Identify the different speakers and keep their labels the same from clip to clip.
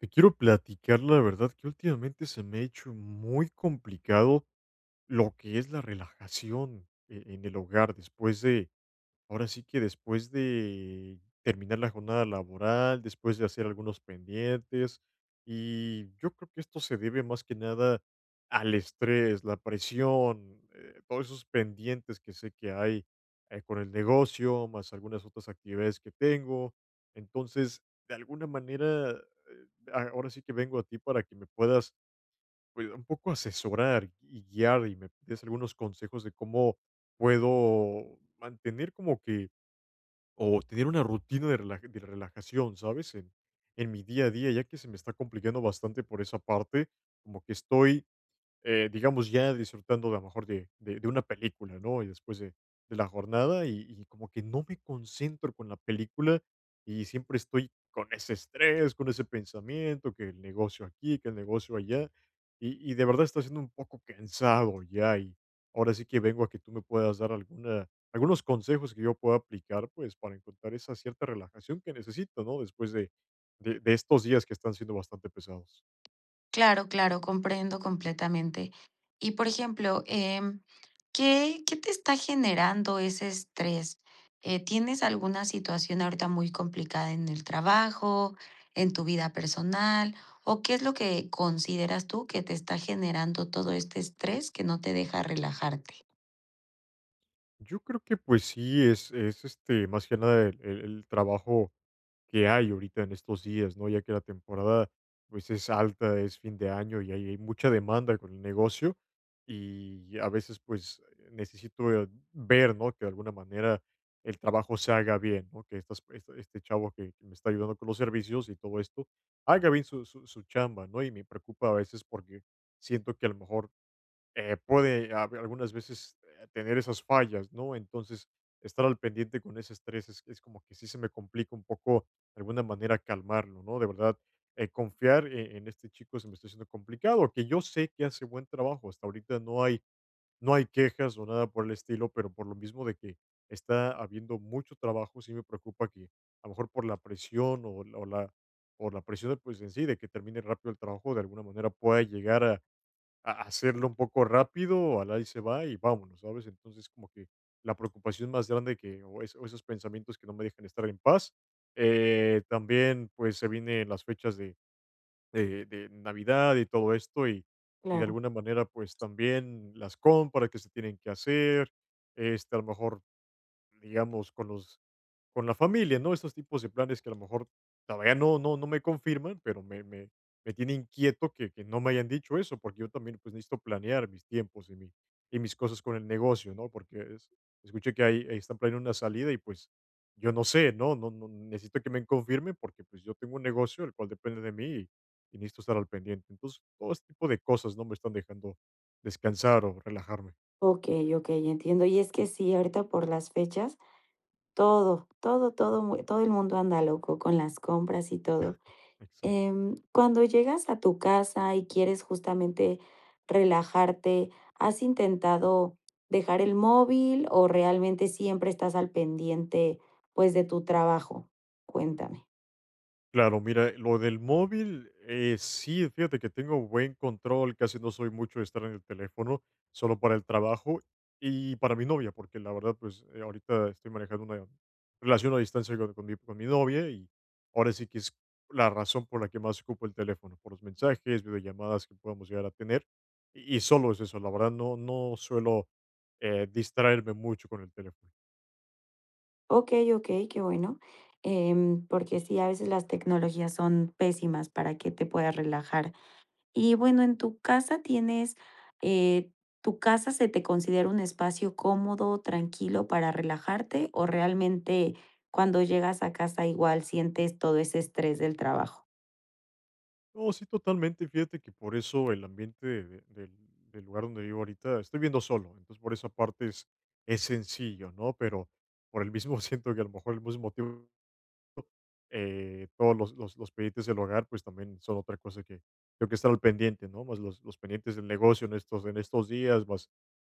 Speaker 1: Te quiero platicar, la verdad, que últimamente se me ha hecho muy complicado lo que es la relajación en el hogar después de. Ahora sí que después de terminar la jornada laboral, después de hacer algunos pendientes, y yo creo que esto se debe más que nada al estrés, la presión, todos esos pendientes que sé que hay con el negocio, más algunas otras actividades que tengo. Entonces, de alguna manera, ahora sí que vengo a ti para que me puedas pues, un poco asesorar y guiar y me des algunos consejos de cómo puedo mantener como que o tener una rutina de de relajación, ¿sabes? En mi día a día, ya que se me está complicando bastante por esa parte, como que estoy digamos, ya disfrutando de a lo mejor de una película, ¿no? Y después de la jornada y como que no me concentro con la película y siempre estoy con ese estrés, con ese pensamiento, que el negocio aquí, que el negocio allá, y de verdad está siendo un poco cansado ya y ahora sí que vengo a que tú me puedas dar alguna, algunos consejos que yo pueda aplicar, pues, para encontrar esa cierta relajación que necesito, ¿no? Después de, de estos días que están siendo bastante pesados.
Speaker 2: Claro, claro, comprendo completamente. Y, por ejemplo, ¿¿qué te está generando ese estrés? ¿Tienes alguna situación ahorita muy complicada en el trabajo, en tu vida personal? ¿O qué es lo que consideras tú que te está generando todo este estrés que no te deja relajarte?
Speaker 1: Yo creo que pues sí, es este, más que nada el trabajo que hay ahorita en estos días, ¿no? Ya que la temporada pues es alta, es fin de año y hay mucha demanda con el negocio y a veces pues necesito ver, ¿no? Que de alguna manera el trabajo se haga bien, ¿no? Que este chavo que me está ayudando con los servicios y todo esto haga bien su chamba, ¿no? Y me preocupa a veces porque siento que a lo mejor algunas veces tener esas fallas, ¿no? Entonces, estar al pendiente con ese estrés es como que sí se me complica un poco, de alguna manera, calmarlo, ¿no? De verdad, confiar en este chico se me está haciendo complicado, que yo sé que hace buen trabajo, hasta ahorita no hay quejas o nada por el estilo, pero por lo mismo de que está habiendo mucho trabajo, sí me preocupa que a lo mejor por la presión o la o la presión pues en sí de que termine rápido el trabajo, de alguna manera pueda llegar a hacerlo un poco rápido, al ahí se va y vámonos, ¿sabes? Entonces, como que la preocupación más grande o esos pensamientos que no me dejan estar en paz. También, pues, se vienen las fechas de, de Navidad y todo esto, y de
Speaker 2: Claro,
Speaker 1: alguna manera, pues, también las compras que se tienen que hacer, este, a lo mejor, digamos, con la familia, ¿no? Estos tipos de planes que a lo mejor todavía no me confirman, pero me tiene inquieto que no me hayan dicho eso, porque yo también, pues, necesito planear mis tiempos y mi y mis cosas con el negocio, ¿no? Porque es escuché que ahí están planeando una salida y, pues, yo no sé, No necesito que me confirmen porque, pues, yo tengo un negocio el cual depende de mí y necesito estar al pendiente. Entonces, todo este tipo de cosas no me están dejando descansar o relajarme.
Speaker 2: ok, ok, entiendo. Y es que sí, ahorita por las fechas, todo, todo, todo, todo el mundo anda loco con las compras y todo.
Speaker 1: Exacto.
Speaker 2: Cuando llegas a tu casa y quieres justamente relajarte, ¿has intentado dejar el móvil o realmente siempre estás al pendiente, pues, de tu trabajo? Cuéntame.
Speaker 1: Claro, mira, lo del móvil, sí, fíjate que tengo buen control, casi no soy mucho de estar en el teléfono, solo para el trabajo y para mi novia, porque la verdad, pues ahorita estoy manejando una relación a distancia con, con mi novia y ahora sí que es la razón por la que más ocupo el teléfono, por los mensajes, videollamadas que podamos llegar a tener. Y solo es eso, la verdad, no, no suelo distraerme mucho con el teléfono.
Speaker 2: Okey, okey, qué bueno, porque sí, a veces las tecnologías son pésimas para que te puedas relajar. Y bueno, en tu casa tienes, eh, ¿tu casa se te considera un espacio cómodo, tranquilo para relajarte o realmente cuando llegas a casa igual sientes todo ese estrés del trabajo?
Speaker 1: No, sí, totalmente. Fíjate que por eso el ambiente del, del lugar donde vivo ahorita, estoy viendo solo, entonces por esa parte es sencillo, ¿no? Pero por el mismo siento que a lo mejor el mismo motivo, todos los pendientes del hogar, pues también son otra cosa que tengo que estar al pendiente, ¿no? Más los pendientes del negocio en en estos días, más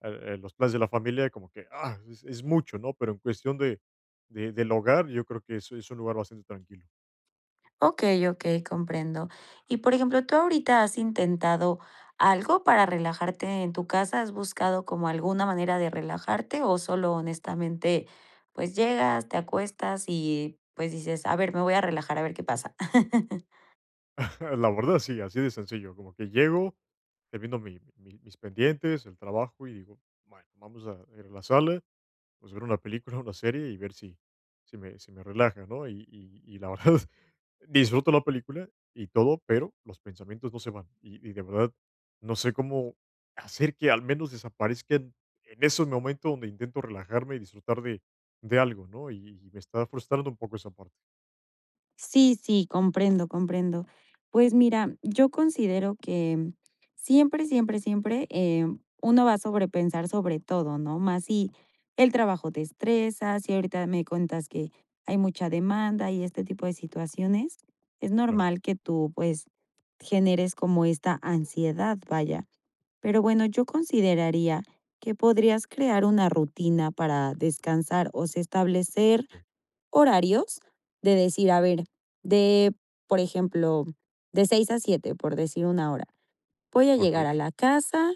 Speaker 1: los planes de la familia, como que, ah, es mucho, ¿no? Pero en cuestión de, del hogar, yo creo que es un lugar bastante tranquilo.
Speaker 2: Ok, ok, comprendo. Y por ejemplo, ¿tú ahorita has intentado algo para relajarte en tu casa? ¿Has buscado como alguna manera de relajarte o solo honestamente pues llegas, te acuestas y pues dices, a ver, me voy a relajar, a ver qué pasa?
Speaker 1: La verdad sí, así de sencillo, como que llego, termino mi mi mis pendientes, el trabajo y digo: "Bueno, vamos a ir a la sala, pues, ver una película, una serie y ver si si me relaja", ¿no? Y la verdad, disfruto la película y todo, pero los pensamientos no se van, y de verdad no sé cómo hacer que al menos desaparezcan en esos momentos donde intento relajarme y disfrutar de algo, ¿no? Y me está frustrando un poco esa parte.
Speaker 2: Sí, sí, comprendo, comprendo. Pues mira, yo considero que siempre, siempre, siempre uno va a sobrepensar sobre todo, ¿no? Más si el trabajo te estresa, si ahorita me cuentas que hay mucha demanda y este tipo de situaciones, es
Speaker 1: Claro,
Speaker 2: normal que tú pues generes como esta ansiedad, vaya. Pero bueno, yo consideraría que podrías crear una rutina para descansar o se establecer
Speaker 1: okey,
Speaker 2: horarios de decir, a ver, de, por ejemplo, de 6 a 7 por decir una hora. Voy a llegar
Speaker 1: okey.
Speaker 2: a la casa,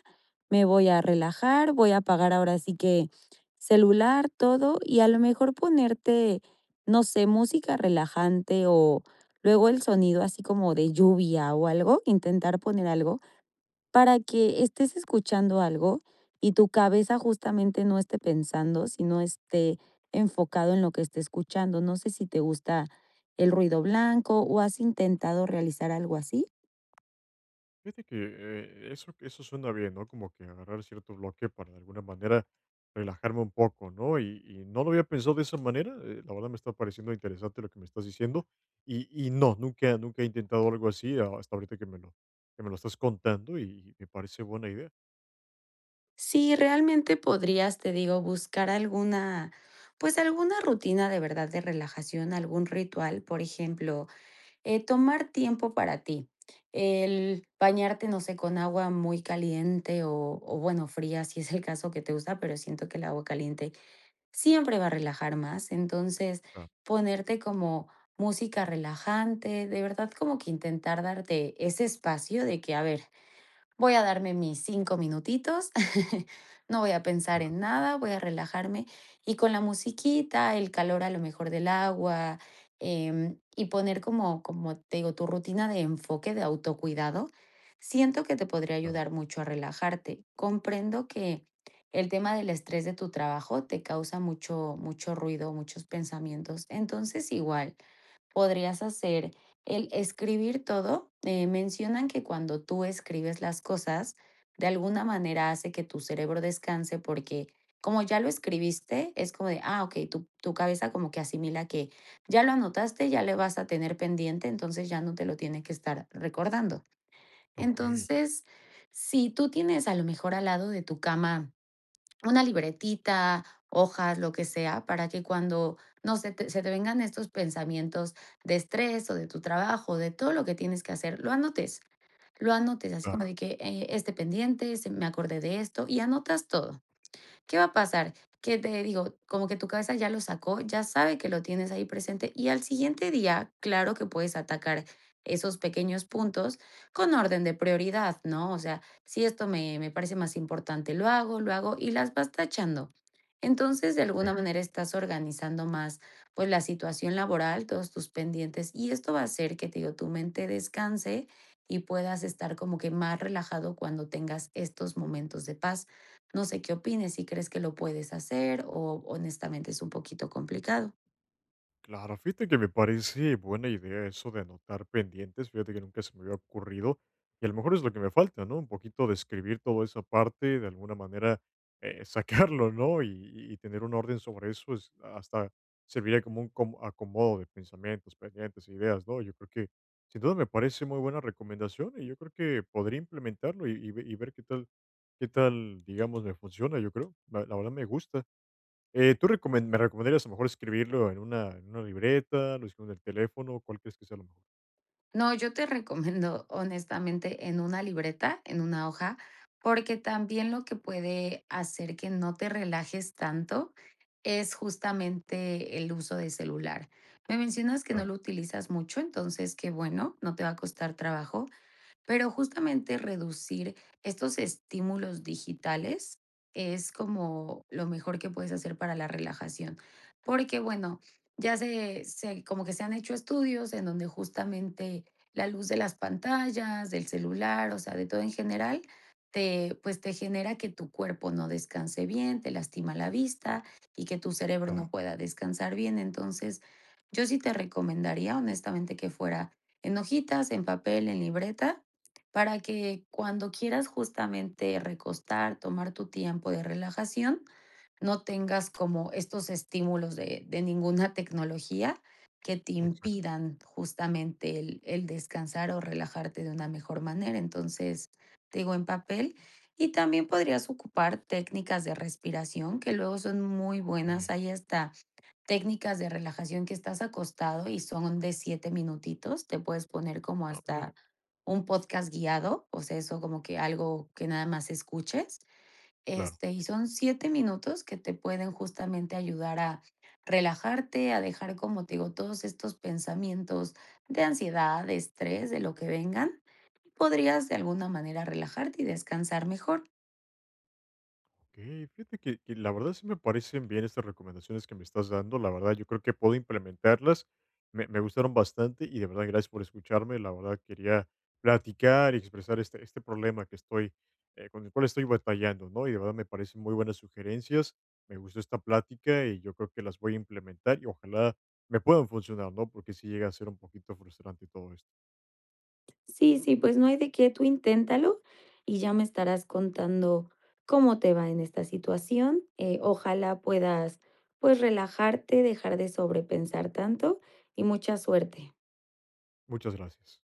Speaker 2: me voy a relajar, voy a apagar ahora sí que celular, todo, y a lo mejor ponerte, no sé, música relajante o luego el sonido así como de lluvia o algo, intentar poner algo para que estés escuchando algo y tu cabeza justamente no esté pensando, sino esté enfocado en lo que esté escuchando. No sé si te gusta el ruido blanco o has intentado realizar algo así.
Speaker 1: Fíjate que eso, eso suena bien, ¿no? Como que agarrar cierto bloque para de alguna manera relajarme un poco, ¿no? Y no lo había pensado de esa manera. La verdad me está pareciendo interesante lo que me estás diciendo. Y no, nunca, nunca he intentado algo así hasta ahorita que me lo estás contando y, me parece buena idea.
Speaker 2: Sí, realmente podrías, te digo, buscar alguna, pues alguna rutina de verdad de relajación, algún ritual, por ejemplo, tomar tiempo para ti. El bañarte, no sé, con agua muy caliente o bueno, fría, si es el caso que te gusta, pero siento que el agua caliente siempre va a relajar más. Entonces,
Speaker 1: Ah,
Speaker 2: ponerte como música relajante, de verdad como que intentar darte ese espacio de que, a ver, voy a darme mis 5 minutitos, no voy a pensar
Speaker 1: ah,
Speaker 2: en nada, voy a relajarme y con la musiquita, el calor a lo mejor del agua, y poner como como te digo, tu rutina de enfoque de autocuidado, siento que te podría
Speaker 1: ah,
Speaker 2: ayudar mucho a relajarte. Comprendo que el tema del estrés de tu trabajo te causa mucho mucho ruido, muchos pensamientos. Entonces, igual, podrías hacer el escribir todo. Mencionan que cuando tú escribes las cosas, de alguna manera hace que tu cerebro descanse porque como ya lo escribiste, es como de, ah, ok, tu cabeza como que asimila que ya lo anotaste, ya le vas a tener pendiente, entonces ya no te lo tiene que estar recordando.
Speaker 1: ok,
Speaker 2: Entonces, si tú tienes a lo mejor al lado de tu cama una libretita, hojas, lo que sea, para que cuando, no sé, te se te vengan estos pensamientos de estrés, o de tu trabajo, de todo lo que tienes que hacer, lo anotes, así como
Speaker 1: claro.
Speaker 2: de que, este pendiente, se me acordé de esto, y anotas todo. ¿Qué va a pasar? Que te digo, como que tu cabeza ya lo sacó, ya sabe que lo tienes ahí presente y al siguiente día, claro que puedes atacar esos pequeños puntos con orden de prioridad, ¿no? O sea, si esto me parece más importante, lo hago y las vas tachando. Entonces, de alguna
Speaker 1: Ok.
Speaker 2: manera estás organizando más, pues, la situación laboral, todos tus pendientes y esto va a hacer que, te digo, tu mente descanse y puedas estar como que más relajado cuando tengas estos momentos de paz. No sé qué opines, si crees que lo puedes hacer o honestamente es un poquito complicado.
Speaker 1: Claro, fíjate que me parece buena idea eso de anotar pendientes, fíjate que nunca se me había ocurrido y a lo mejor es lo que me falta, ¿no? Un poquito de escribir toda esa parte, de alguna manera sacarlo, ¿no? Y, y tener un orden sobre eso es hasta serviría como un acomodo de pensamientos, pendientes, e ideas, ¿no? Yo creo que sin duda me parece muy buena recomendación y yo creo que podría implementarlo y y ver qué tal, digamos, me funciona, yo creo. La verdad me gusta. ¿Tú recomen me recomendarías a lo mejor escribirlo en una libreta, lo escribo en el teléfono? ¿Cuál crees que sea lo mejor?
Speaker 2: No, yo te recomiendo honestamente en una libreta, en una hoja, porque también lo que puede hacer que no te relajes tanto es justamente el uso de celular. Me mencionas que no
Speaker 1: Claro,
Speaker 2: lo utilizas mucho, entonces qué bueno, no te va a costar trabajo. Pero justamente reducir estos estímulos digitales es como lo mejor que puedes hacer para la relajación. Porque bueno, como que se han hecho estudios en donde justamente la luz de las pantallas, del celular, o sea, de todo en general, te, pues te genera que tu cuerpo no descanse bien, te lastima la vista y que tu cerebro
Speaker 1: claro,
Speaker 2: no pueda descansar bien. Entonces, yo sí te recomendaría honestamente que fuera en hojitas, en papel, en libreta para que cuando quieras justamente recostar, tomar tu tiempo de relajación, no tengas como estos estímulos de ninguna tecnología que te
Speaker 1: exacto,
Speaker 2: impidan justamente el descansar o relajarte de una mejor manera. Entonces, te digo, en papel. Y también podrías ocupar técnicas de respiración que luego son muy buenas.
Speaker 1: okey.
Speaker 2: Ahí está técnicas de relajación que estás acostado y son de 7 minutitos. Te puedes poner como
Speaker 1: Ah, mira,
Speaker 2: hasta un podcast guiado, o sea, eso como que algo que nada más escuches.
Speaker 1: claro.
Speaker 2: Este, y son 7 minutos que te pueden justamente ayudar a relajarte, a dejar, como te digo, todos estos pensamientos de ansiedad, de estrés, de lo que vengan. Podrías de alguna manera relajarte y descansar mejor.
Speaker 1: Ok, fíjate que la verdad sí me parecen bien estas recomendaciones que me estás dando. La verdad, yo creo que puedo implementarlas. Me gustaron bastante y de verdad, gracias por escucharme. La verdad, quería platicar y expresar este problema que estoy, con el cual estoy batallando, ¿no? Y de verdad me parecen muy buenas sugerencias. Me gustó esta plática y yo creo que las voy a implementar y ojalá me puedan funcionar, ¿no? Porque sí llega a ser un poquito frustrante todo esto.
Speaker 2: Sí, sí, pues no hay de qué, tú inténtalo y ya me estarás contando cómo te va en esta situación. Ojalá puedas, pues, relajarte, dejar de sobrepensar tanto y mucha suerte.
Speaker 1: Muchas gracias.